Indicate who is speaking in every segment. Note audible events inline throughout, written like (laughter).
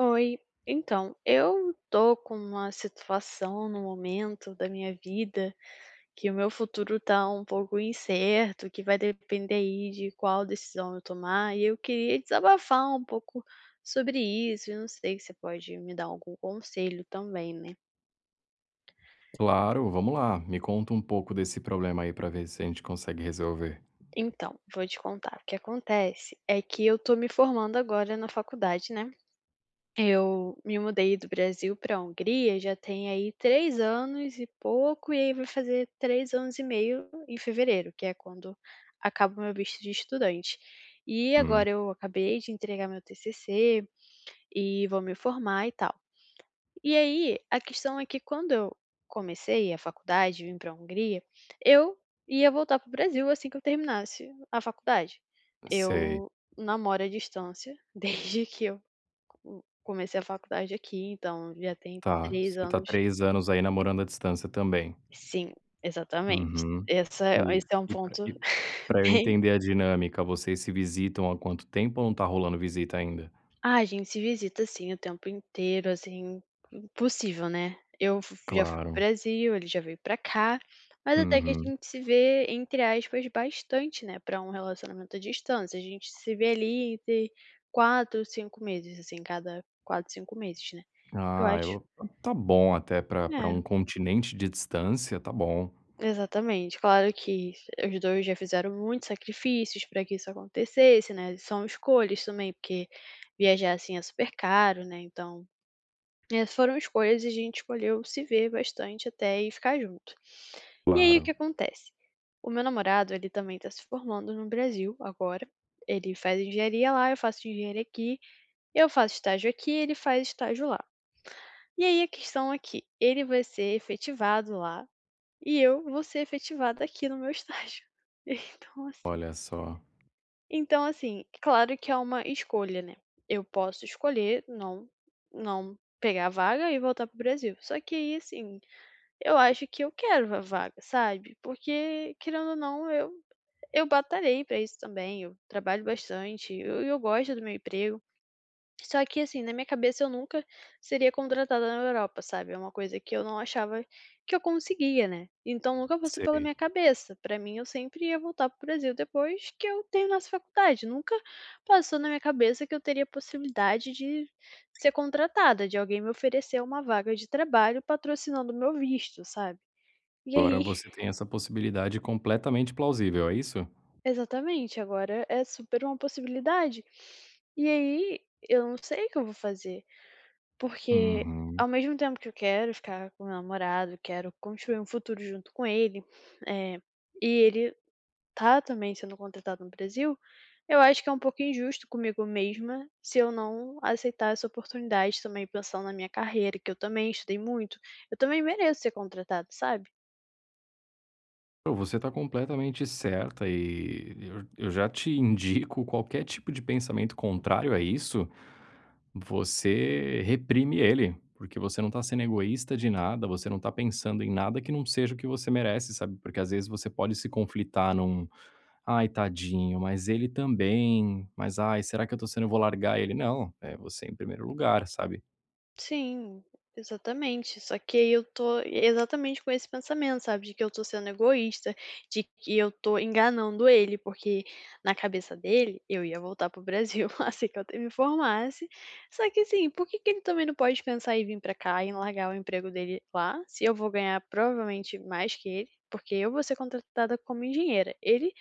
Speaker 1: Oi, então, eu tô com uma situação no momento da minha vida que o meu futuro tá um pouco incerto, que vai depender aí de qual decisão eu tomar, e eu queria desabafar um pouco sobre isso, e não sei se você pode me dar algum conselho também, né.
Speaker 2: Claro, vamos lá. Me conta um pouco desse problema aí pra ver se a gente consegue resolver.
Speaker 1: Então, vou te contar, o que acontece é que eu tô me formando agora na faculdade, né. Eu me mudei do Brasil pra Hungria já tem aí 3 anos e pouco, e aí vai fazer 3 anos e meio em fevereiro, que é quando acaba o meu visto de estudante. E
Speaker 2: Hum,
Speaker 1: agora eu acabei de entregar meu TCC e vou me formar e tal. E aí, a questão é que quando eu comecei a faculdade, vim para a Hungria, eu ia voltar para o Brasil assim que eu terminasse a faculdade.
Speaker 2: sei.
Speaker 1: Eu namoro à distância (laughs) desde que eu co comecei a faculdade aqui, então já tem
Speaker 2: Tá.
Speaker 1: 3
Speaker 2: Você tá
Speaker 1: anos.
Speaker 2: 3 anos aí namorando à distância também.
Speaker 1: Sim, exatamente.
Speaker 2: Uhum.
Speaker 1: Essa é,
Speaker 2: E
Speaker 1: esse é um
Speaker 2: e pra
Speaker 1: ponto
Speaker 2: e pra
Speaker 1: (laughs)
Speaker 2: eu
Speaker 1: bem.
Speaker 2: entender a dinâmica, vocês se visitam há quanto tempo ou não tá rolando visita ainda?
Speaker 1: Ah, a gente se visita assim o tempo inteiro, assim, possível, né. Eu fu já fui para o
Speaker 2: Claro.
Speaker 1: Brasil, ele já veio pra cá, mas até que a
Speaker 2: Uhum.
Speaker 1: gente se vê, entre aspas, bastante, né, pra um relacionamento à distância. A gente se vê ali entre 4, 5 meses, assim, cada 4, 5 meses, né. Eu
Speaker 2: Ah,
Speaker 1: acho
Speaker 2: eu tá bom até pra
Speaker 1: é,
Speaker 2: um continente de distância, tá bom.
Speaker 1: exatamente. Claro que os 2 já fizeram muitos sacrifícios para que isso acontecesse, né, são escolhas também, porque viajar, assim, é super caro, né, então foram escolhas e a gente escolheu se ver bastante até e ficar junto. E aí o que
Speaker 2: Claro.
Speaker 1: acontece? O meu namorado, ele também tá se formando no Brasil agora. Ele faz engenharia lá, eu faço engenharia aqui, eu faço estágio aqui, ele faz estágio lá. E aí a questão é que ele vai ser efetivado lá e eu vou ser efetivada aqui no meu estágio. (laughs) Então assim,
Speaker 2: Olha só.
Speaker 1: então, assim, claro que é uma escolha, né. Eu posso escolher não pegar a vaga e voltar para o Brasil. Só que aí, assim, eu acho que eu quero a vaga, sabe. Porque, querendo ou não, eu batalhei pra isso também, eu trabalho bastante, eu gosto do meu emprego. Só que assim, na minha cabeça eu nunca seria contratada na Europa, sabe? É uma coisa que eu não achava que eu conseguia, né? Então nunca passou pela
Speaker 2: Sei.
Speaker 1: minha cabeça. Pra mim, eu sempre ia voltar pro Brasil depois que eu terminasse a faculdade. Nunca passou na minha cabeça que eu teria possibilidade de ser contratada, de alguém me oferecer uma vaga de trabalho patrocinando o meu visto, sabe? E
Speaker 2: Agora
Speaker 1: aí,
Speaker 2: você
Speaker 1: (laughs)
Speaker 2: tem essa possibilidade completamente plausível, é isso?
Speaker 1: exatamente, agora é super uma possibilidade. E aí, eu não sei o que eu vou fazer. Porque
Speaker 2: Uhum.
Speaker 1: ao mesmo tempo que eu quero ficar com meu namorado, quero construir um futuro junto com ele, eh, e ele tá também sendo contratado no Brasil, eu acho que é um pouco injusto comigo mesma se eu não aceitar essa oportunidade também pensando na minha carreira, que eu também estudei muito. Eu também mereço ser contratada, sabe?
Speaker 2: Pô, você está completamente certa e eu já te indico qualquer tipo de pensamento contrário a isso, você reprime ele, porque você não está sendo egoísta de nada, você não está pensando em nada que não seja o que você merece, sabe? Porque às vezes você pode se conflitar num: "Ai, tadinho, mas ele também, mas ai, será que eu tô sendo eu vou largar ele?". Não, é você em primeiro lugar, sabe?
Speaker 1: Sim, exatamente. Só que aí eu tô exatamente com esse pensamento, sabe, de que eu tô sendo egoísta, de que eu tô enganando ele, porque na cabeça dele eu ia voltar pro Brasil (laughs) assim que eu te me formasse. Só que assim, por que que ele também não pode pensar em vir pra cá e largar o emprego dele lá, se eu vou ganhar provavelmente mais que ele, porque eu vou ser contratada como engenheira. Ele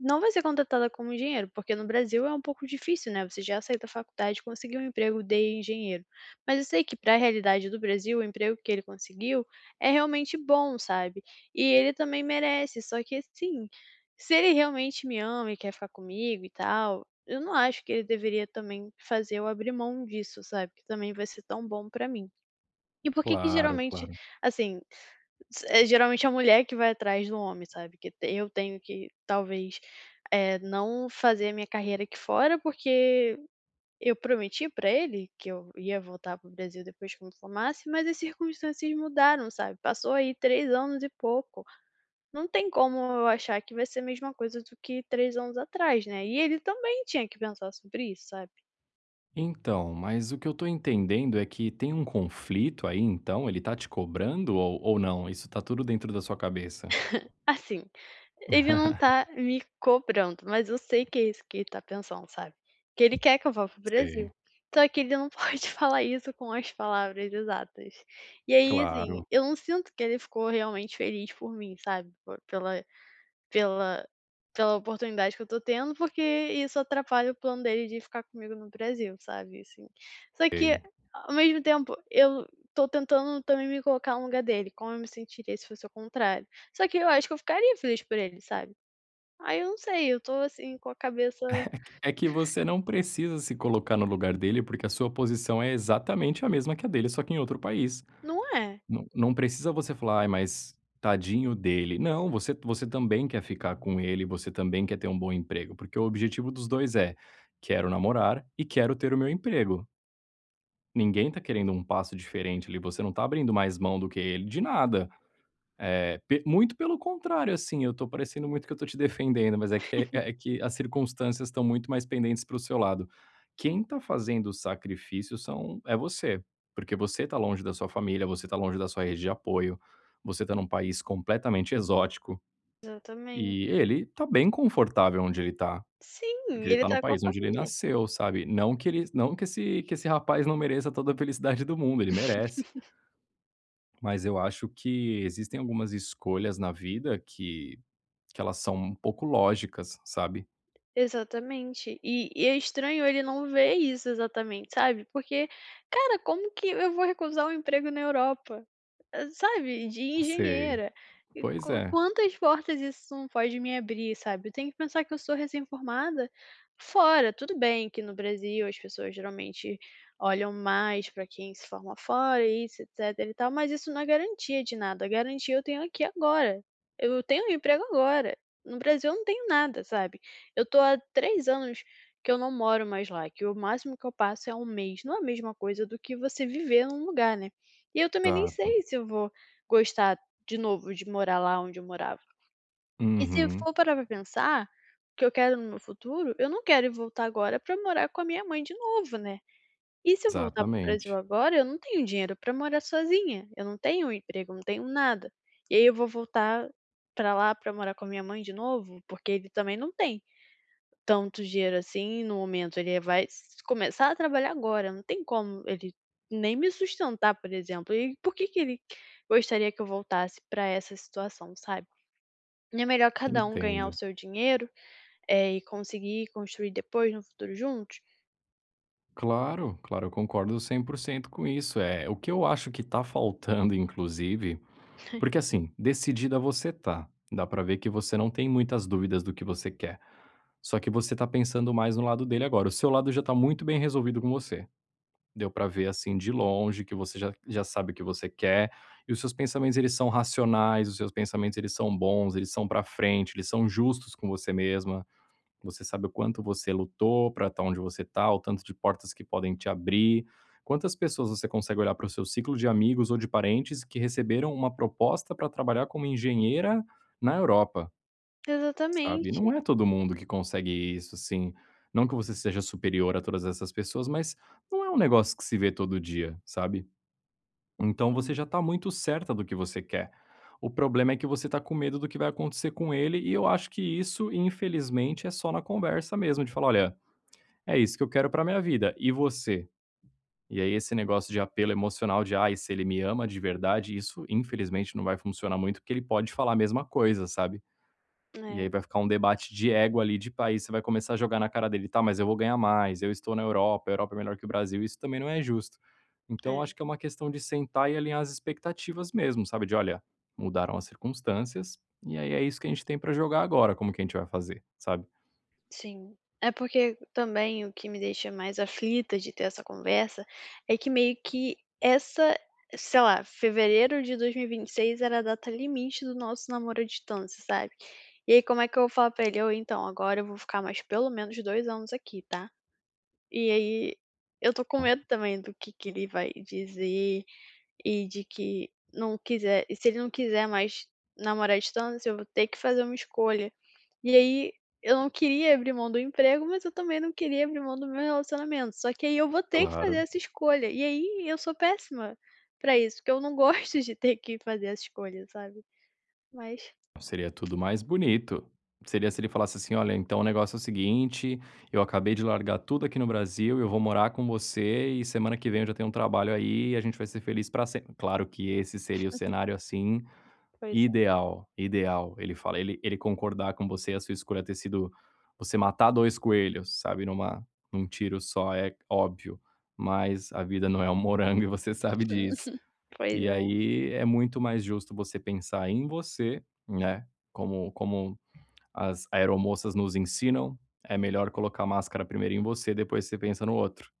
Speaker 1: não vai ser contratada como engenheiro, porque no Brasil é um pouco difícil, né, você já sair da faculdade e conseguir um emprego de engenheiro. Mas eu sei que para a realidade do Brasil, o emprego que ele conseguiu é realmente bom, sabe. E ele também merece, só que assim, se ele realmente me ama e quer ficar comigo e tal, eu não acho que ele deveria também fazer eu abrir mão disso, sabe, que também vai ser tão bom pra mim. E por que que
Speaker 2: Claro,
Speaker 1: geralmente,
Speaker 2: claro.
Speaker 1: assim, s é geralmente a mulher que vai atrás do homem, sabe, que eu tenho que talvez, não fazer a minha carreira aqui fora, porque eu prometi pra ele que eu ia voltar para o Brasil depois que eu me formasse, mas as circunstâncias mudaram, sabe. Passou aí 3 anos e pouco. Não tem como eu achar que vai ser a mesma coisa do que 3 anos atrás, né. E ele também tinha que pensar sobre isso, sabe.
Speaker 2: Então, mas o que eu tô entendendo é que tem um conflito aí então, ele tá te cobrando ou não? Isso tá tudo dentro da sua cabeça?
Speaker 1: (laughs) Assim, ele não
Speaker 2: (laughs)
Speaker 1: tá me cobrando, mas eu sei que é isso que ele tá pensando, sabe. Que ele quer que eu vá para o
Speaker 2: Sei,
Speaker 1: Brasil. Só que ele não (laughs) pode falar isso com as palavras exatas. E aí, assim,
Speaker 2: claro,
Speaker 1: eu não sinto que ele ficou realmente feliz por mim, sabe, po pela. Pela pela oportunidade que eu tô tendo, porque isso atrapalha o plano dele de ficar comigo no Brasil, sabe, assim. Só que,
Speaker 2: sei.
Speaker 1: ao mesmo tempo, eu tô tentando também me colocar no lugar dele, como eu me sentiria se fosse o contrário. Só que eu acho que eu ficaria feliz por ele, sabe. Aí eu não sei, eu tô assim com a cabeça.
Speaker 2: É que você não precisa se colocar no lugar dele, porque a sua posição é exatamente a mesma que a dele, só que em outro país.
Speaker 1: Não é,
Speaker 2: Não precisa você falar: "Ai, mas tadinho dele". Não, você também quer ficar com ele, você também quer ter um bom emprego, porque o objetivo dos 2 é: "Quero namorar e quero ter o meu emprego". Ninguém tá querendo um passo diferente ali, você não tá abrindo mais mão do que ele de nada. Eh, pe muito pelo contrário, assim, eu tô parecendo muito que eu tô te defendendo, mas é que as circunstâncias estão muito mais pendentes para o seu lado. Quem tá fazendo o sacrifício são é você, porque você tá longe da sua família, você tá longe da sua rede de apoio, você tá num país completamente exótico,
Speaker 1: exatamente.
Speaker 2: e ele tá bem confortável onde ele tá.
Speaker 1: Sim,
Speaker 2: Porque ele
Speaker 1: ele
Speaker 2: tá no
Speaker 1: tá com a
Speaker 2: país onde ele
Speaker 1: família.
Speaker 2: nasceu, sabe. Não que ele não que esse que esse rapaz não mereça toda a felicidade do mundo, ele merece. Mas eu acho que existem algumas escolhas na vida que elas são um pouco lógicas, sabe.
Speaker 1: Exatamente. E é estranho ele não ver isso exatamente, sabe, porque, cara, como que eu vou recusar um emprego na Europa, hã, sabe, de
Speaker 2: Sei.
Speaker 1: engenheira. E
Speaker 2: Pois
Speaker 1: qu
Speaker 2: é,
Speaker 1: quantas portas isso não pode me abrir, sabe. Eu tenho que pensar que eu sou recém-formada fora, tudo bem que no Brasil as pessoas geralmente olham mais pra quem se forma fora, isso, etc e tal, mas isso não é garantia de nada, a garantia eu tenho aqui agora. Eu tenho um emprego agora, no Brasil eu não tenho nada, sabe. Eu tô há 3 anos que eu não moro mais lá, que o máximo que eu passo é 1 mês. Não é a mesma coisa do que você viver num lugar, né. E eu também nem
Speaker 2: exato.
Speaker 1: sei se eu vou gostar de novo de morar lá onde eu morava. E se eu
Speaker 2: Uhum,
Speaker 1: for parar pra pensar, o que eu quero no meu futuro, eu não quero voltar agora pra morar com a minha mãe de novo, né. E se eu voltar pro Brasil
Speaker 2: exatamente.
Speaker 1: agora, eu não tenho dinheiro pra morar sozinha, eu não tenho um emprego, eu não tenho nada. E aí eu vou voltar pra lá pra morar com a minha mãe de novo? Porque ele também não tem tanto dinheiro assim no momento, ele vai s começar a trabalhar agora, não tem como ele nem me sustentar, por exemplo, e por que que ele gostaria que eu voltasse para essa situação, sabe. É melhor cada um ganhar
Speaker 2: Entendo.
Speaker 1: o seu dinheiro, e conseguir construir depois no futuro juntos.
Speaker 2: Claro, claro, eu concordo 100% com isso. É o que eu acho que tá faltando inclusive porque, assim, decidida você tá, dá pra ver que você não tem muitas dúvidas do que você quer. Só que você tá pensando mais no lado dele agora. O seu lado já tá muito bem resolvido com você. Deu pra ver, assim, de longe que você já, já sabe o que você quer e os seus pensamentos, eles são racionais, os seus pensamentos, eles são bons, eles são pra frente, eles são justos com você mesma. Você sabe o quanto você lutou pra estar onde você tá, o tanto de portas que podem te abrir. Quantas pessoas você consegue olhar para o seu ciclo de amigos ou de parentes que receberam uma proposta pra trabalhar como engenheira na Europa? Sabe,
Speaker 1: Exatamente.
Speaker 2: não é todo mundo que consegue isso, assim, não que você seja superior a todas essas pessoas, mas não é um negócio que se vê todo dia, sabe. Então você
Speaker 1: Sim,
Speaker 2: já tá muito certa do que você quer. O problema é que você tá com medo do que vai acontecer com ele e eu acho que isso, infelizmente, é só na conversa mesmo, de falar: "Olha, é isso que eu quero pra minha vida, e você?". E aí esse negócio de apelo emocional de: "Ai, se ele me ama de verdade", isso infelizmente não vai funcionar muito, porque ele pode falar a mesma coisa, sabe. E aí
Speaker 1: é,
Speaker 2: vai ficar um debate de ego ali, de país, você vai começar a jogar na cara dele: "Tá, mas eu vou ganhar mais, eu estou na Europa, a Europa é melhor que o Brasil", isso também não é justo. Então
Speaker 1: é.
Speaker 2: acho que é uma questão de sentar e alinhar as expectativas mesmo, sabe, de: "Olha, mudaram as circunstâncias, e aí é isso que a gente tem pra jogar agora, como que a gente vai fazer?", sabe.
Speaker 1: Sim. É porque também o que me deixa mais aflita de ter essa conversa é que meio que essa, sei lá, fevereiro de dois mil e vinte e seis era a data limite do nosso namoro à distância, sabe? E aí, como é que eu vou falar pra ele? Ou então, agora eu vou ficar mais pelo menos 2 anos aqui, tá? E aí, eu tô com medo também do que ele vai dizer e de que não quiser. E se ele não quiser mais namorar à distância, eu vou ter que fazer uma escolha. E aí, eu não queria abrir mão do emprego, mas eu também não queria abrir mão do meu relacionamento, só que aí eu vou ter que fazer
Speaker 2: Claro.
Speaker 1: essa escolha, e aí eu sou péssima pra isso, porque eu não (laughs) gosto de ter que fazer essa escolha, sabe. Mas,
Speaker 2: Seria tudo mais bonito. Seria se ele falasse assim: "Olha, então o negócio é o seguinte, eu acabei de largar tudo aqui no Brasil, eu vou morar com você e semana que vem eu já tenho um trabalho aí e a gente vai ser feliz pra sempre". Claro que esse seria o cenário, assim,
Speaker 1: pois é.
Speaker 2: ideal, ideal. Ele fala ele concordar com você a sua escolha ter sido você matar 2 coelhos, sabe, num tiro só, é óbvio, mas a vida não é um morango e você sabe disso.
Speaker 1: (laughs) Pois
Speaker 2: E
Speaker 1: é,
Speaker 2: aí é muito mais justo você pensar em você, né, como as aeromoças nos ensinam, é melhor colocar a máscara primeiro em você, depois você pensa no outro.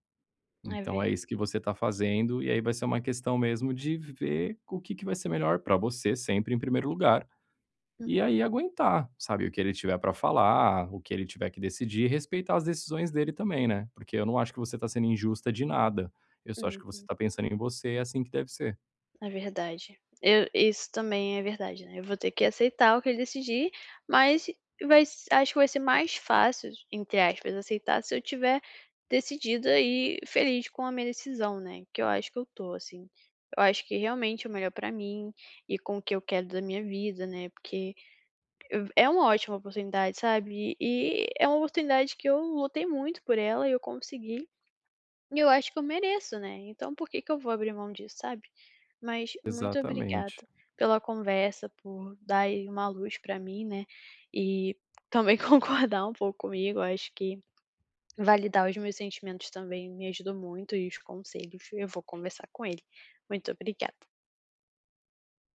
Speaker 1: é
Speaker 2: Então
Speaker 1: ver.
Speaker 2: é isso que você está fazendo, e aí vai ser uma questão mesmo de ver o que vai ser melhor para você sempre em primeiro lugar. E
Speaker 1: Uhum.
Speaker 2: aí aguentar, sabe, o que ele tiver para falar, o que ele tiver que decidir, e respeitar as decisões dele também, né, porque eu não acho que você está sendo injusta de nada, eu só acho que você
Speaker 1: Uhum.
Speaker 2: está pensando em você, é assim que deve ser.
Speaker 1: É verdade. Eu isso também é verdade, né, eu vou ter que aceitar o que ele decidir, mas vai se acho que vai ser mais fácil, entre aspas, aceitar se eu tiver decidida e feliz com a minha decisão, né, que eu acho que eu tô, assim. Eu acho que realmente é o melhor pra mim e com o que eu quero da minha vida, né, porque é uma ótima oportunidade, sabe, e é uma oportunidade que eu lutei muito por ela e eu consegui. E eu acho que eu mereço, né, então por que que eu vou abrir mão disso, sabe. Mas muito obrigada
Speaker 2: Exatamente.
Speaker 1: pela conversa, por dar aí uma luz pra mim, né, e também (laughs) concordar um pouco comigo. Acho que validar os meus sentimentos também me ajudou muito e os conselhos, eu vou conversar com ele. Muito obrigada.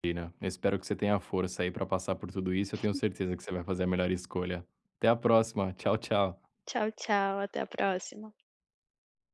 Speaker 2: Imagina, eu espero que você tenha força aí pra passar por tudo isso, eu tenho certeza que você vai fazer a melhor escolha. Até a próxima, tchau, tchau.
Speaker 1: Tchau, tchau, até a próxima.